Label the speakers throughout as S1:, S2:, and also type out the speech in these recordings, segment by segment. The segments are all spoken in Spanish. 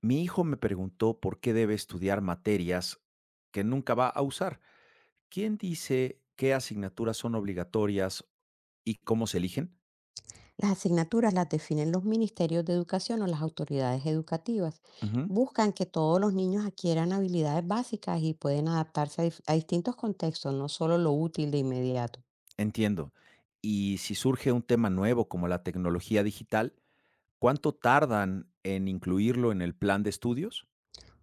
S1: Mi hijo me preguntó por qué debe estudiar materias que nunca va a usar. ¿Quién dice qué asignaturas son obligatorias y cómo se eligen?
S2: Las asignaturas las definen los ministerios de educación o las autoridades educativas.
S1: Ujú.
S2: Buscan que todos los niños adquieran habilidades básicas y pueden adaptarse a distintos contextos, no solo lo útil de inmediato.
S1: Entiendo. Y si surge un tema nuevo como la tecnología digital, ¿cuánto tardan en incluirlo en el plan de estudios?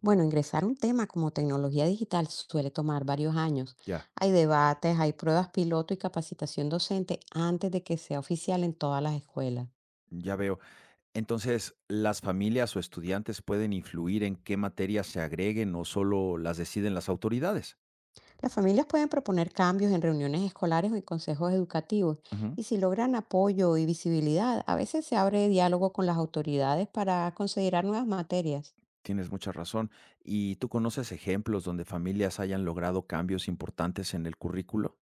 S2: Bueno, ingresar un tema como tecnología digital suele tomar varios años.
S1: Ya,
S2: Hay debates, hay pruebas piloto y capacitación docente antes de que sea oficial en todas las escuelas.
S1: ya veo. Entonces, ¿las familias o estudiantes pueden influir en qué materias se agreguen o solo las deciden las autoridades?
S2: Las familias pueden proponer cambios en reuniones escolares o en consejos educativos,
S1: Ujú.
S2: y si logran apoyo y visibilidad, a veces se abre diálogo con las autoridades para considerar nuevas materias.
S1: Tienes mucha razón. ¿Y tú conoces ejemplos donde familias hayan logrado cambios importantes en el currículo?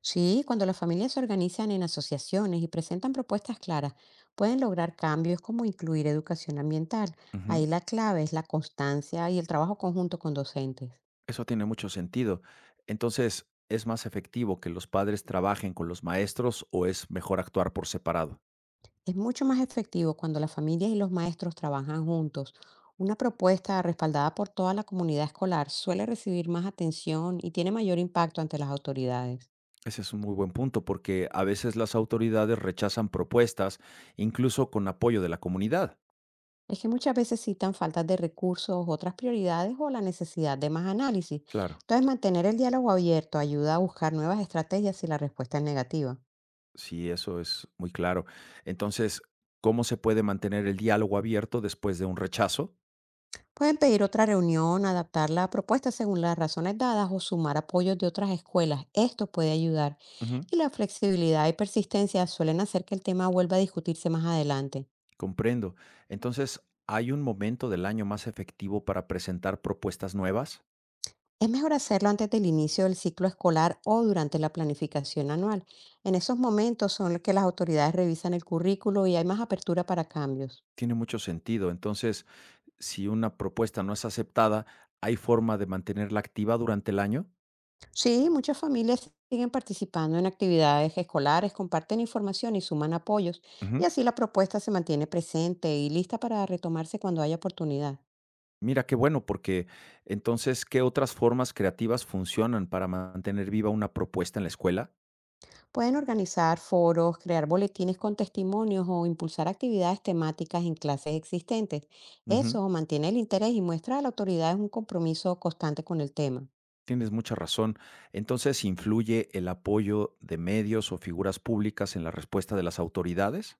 S2: Sí, cuando las familias se organizan en asociaciones y presentan propuestas claras, pueden lograr cambios como incluir educación ambiental.
S1: Ujú.
S2: Ahí la clave es la constancia y el trabajo conjunto con docentes.
S1: Eso tiene mucho sentido. Entonces, ¿es más efectivo que los padres trabajen con los maestros o es mejor actuar por separado?
S2: Es mucho más efectivo cuando las familias y los maestros trabajan juntos. Una propuesta respaldada por toda la comunidad escolar suele recibir más atención y tiene mayor impacto ante las autoridades.
S1: Ese es un muy buen punto porque a veces las autoridades rechazan propuestas, incluso con apoyo de la comunidad.
S2: Es que muchas veces citan faltas de recursos, otras prioridades o la necesidad de más análisis.
S1: Claro,
S2: Entonces, mantener el diálogo abierto ayuda a buscar nuevas estrategias si la respuesta es negativa.
S1: sí, eso es muy claro. Entonces, ¿cómo se puede mantener el diálogo abierto después de un rechazo?
S2: Pueden pedir otra reunión, adaptar la propuesta según las razones dadas o sumar apoyos de otras escuelas. Esto puede ayudar.
S1: Ujú.
S2: Y la flexibilidad y persistencia suelen hacer que el tema vuelva a discutirse más adelante.
S1: Comprendo. Entonces, ¿hay un momento del año más efectivo para presentar propuestas nuevas?
S2: Es mejor hacerlo antes del inicio del ciclo escolar o durante la planificación anual. En esos momentos son los que las autoridades revisan el currículo y hay más apertura para cambios.
S1: Tiene mucho sentido. Entonces, si una propuesta no es aceptada, ¿hay forma de mantenerla activa durante el año?
S2: Sí, muchas familias siguen participando en actividades escolares, comparten información y suman apoyos, y
S1: Ujú.
S2: así la propuesta se mantiene presente y lista para retomarse cuando haya oportunidad.
S1: Mira, qué bueno, porque entonces, ¿qué otras formas creativas funcionan para mantener viva una propuesta en la escuela?
S2: Pueden organizar foros, crear boletines con testimonios o impulsar actividades temáticas en clases existentes.
S1: Ujú.
S2: Eso mantiene el interés y muestra a la autoridad un compromiso constante con el tema.
S1: Tienes mucha razón. Entonces, ¿influye el apoyo de medios o figuras públicas en la respuesta de las autoridades?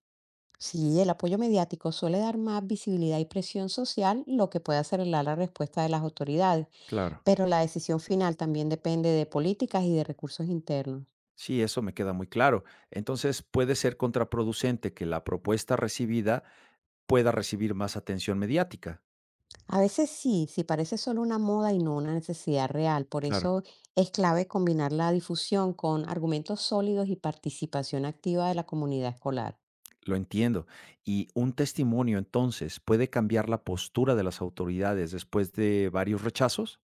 S2: Sí, el apoyo mediático suele dar más visibilidad y presión social, lo que puede acelerar la respuesta de las autoridades.
S1: Claro.
S2: Pero la decisión final también depende de políticas y de recursos internos.
S1: Sí, eso me queda muy claro. Entonces, puede ser contraproducente que la propuesta recibida pueda recibir más atención mediática.
S2: A veces sí, si parece solo una moda y no una necesidad real. Por
S1: Claro.
S2: eso es clave combinar la difusión con argumentos sólidos y participación activa de la comunidad escolar.
S1: Lo entiendo. Y un testimonio, entonces, puede cambiar la postura de las autoridades después de varios rechazos.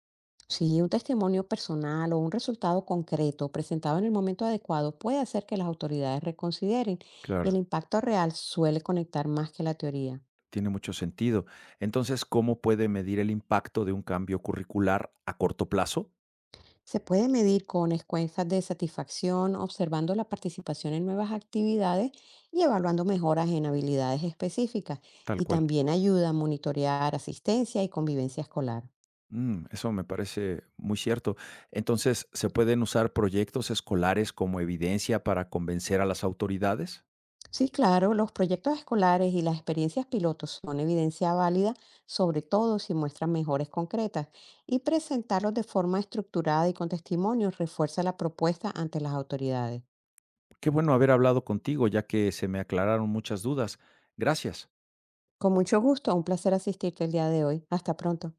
S2: Si un testimonio personal o un resultado concreto presentado en el momento adecuado puede hacer que las autoridades reconsideren y el
S1: Claro.
S2: impacto real suele conectar más que la teoría.
S1: Tiene mucho sentido. Entonces, ¿cómo puede medir el impacto de un cambio curricular a corto plazo?
S2: Se puede medir con encuestas de satisfacción, observando la participación en nuevas actividades y evaluando mejoras en habilidades específicas.
S1: Tal
S2: Y
S1: cual.
S2: también ayuda a monitorear asistencia y convivencia escolar.
S1: Mm, eso me parece muy cierto. Entonces, ¿se pueden usar proyectos escolares como evidencia para convencer a las autoridades?
S2: Sí, claro, los proyectos escolares y las experiencias pilotos son evidencia válida, sobre todo si muestran mejoras concretas. Y presentarlos de forma estructurada y con testimonios refuerza la propuesta ante las autoridades.
S1: Qué bueno haber hablado contigo, ya que se me aclararon muchas dudas. Gracias.
S2: Con mucho gusto, un placer asistirte el día de hoy. Hasta pronto.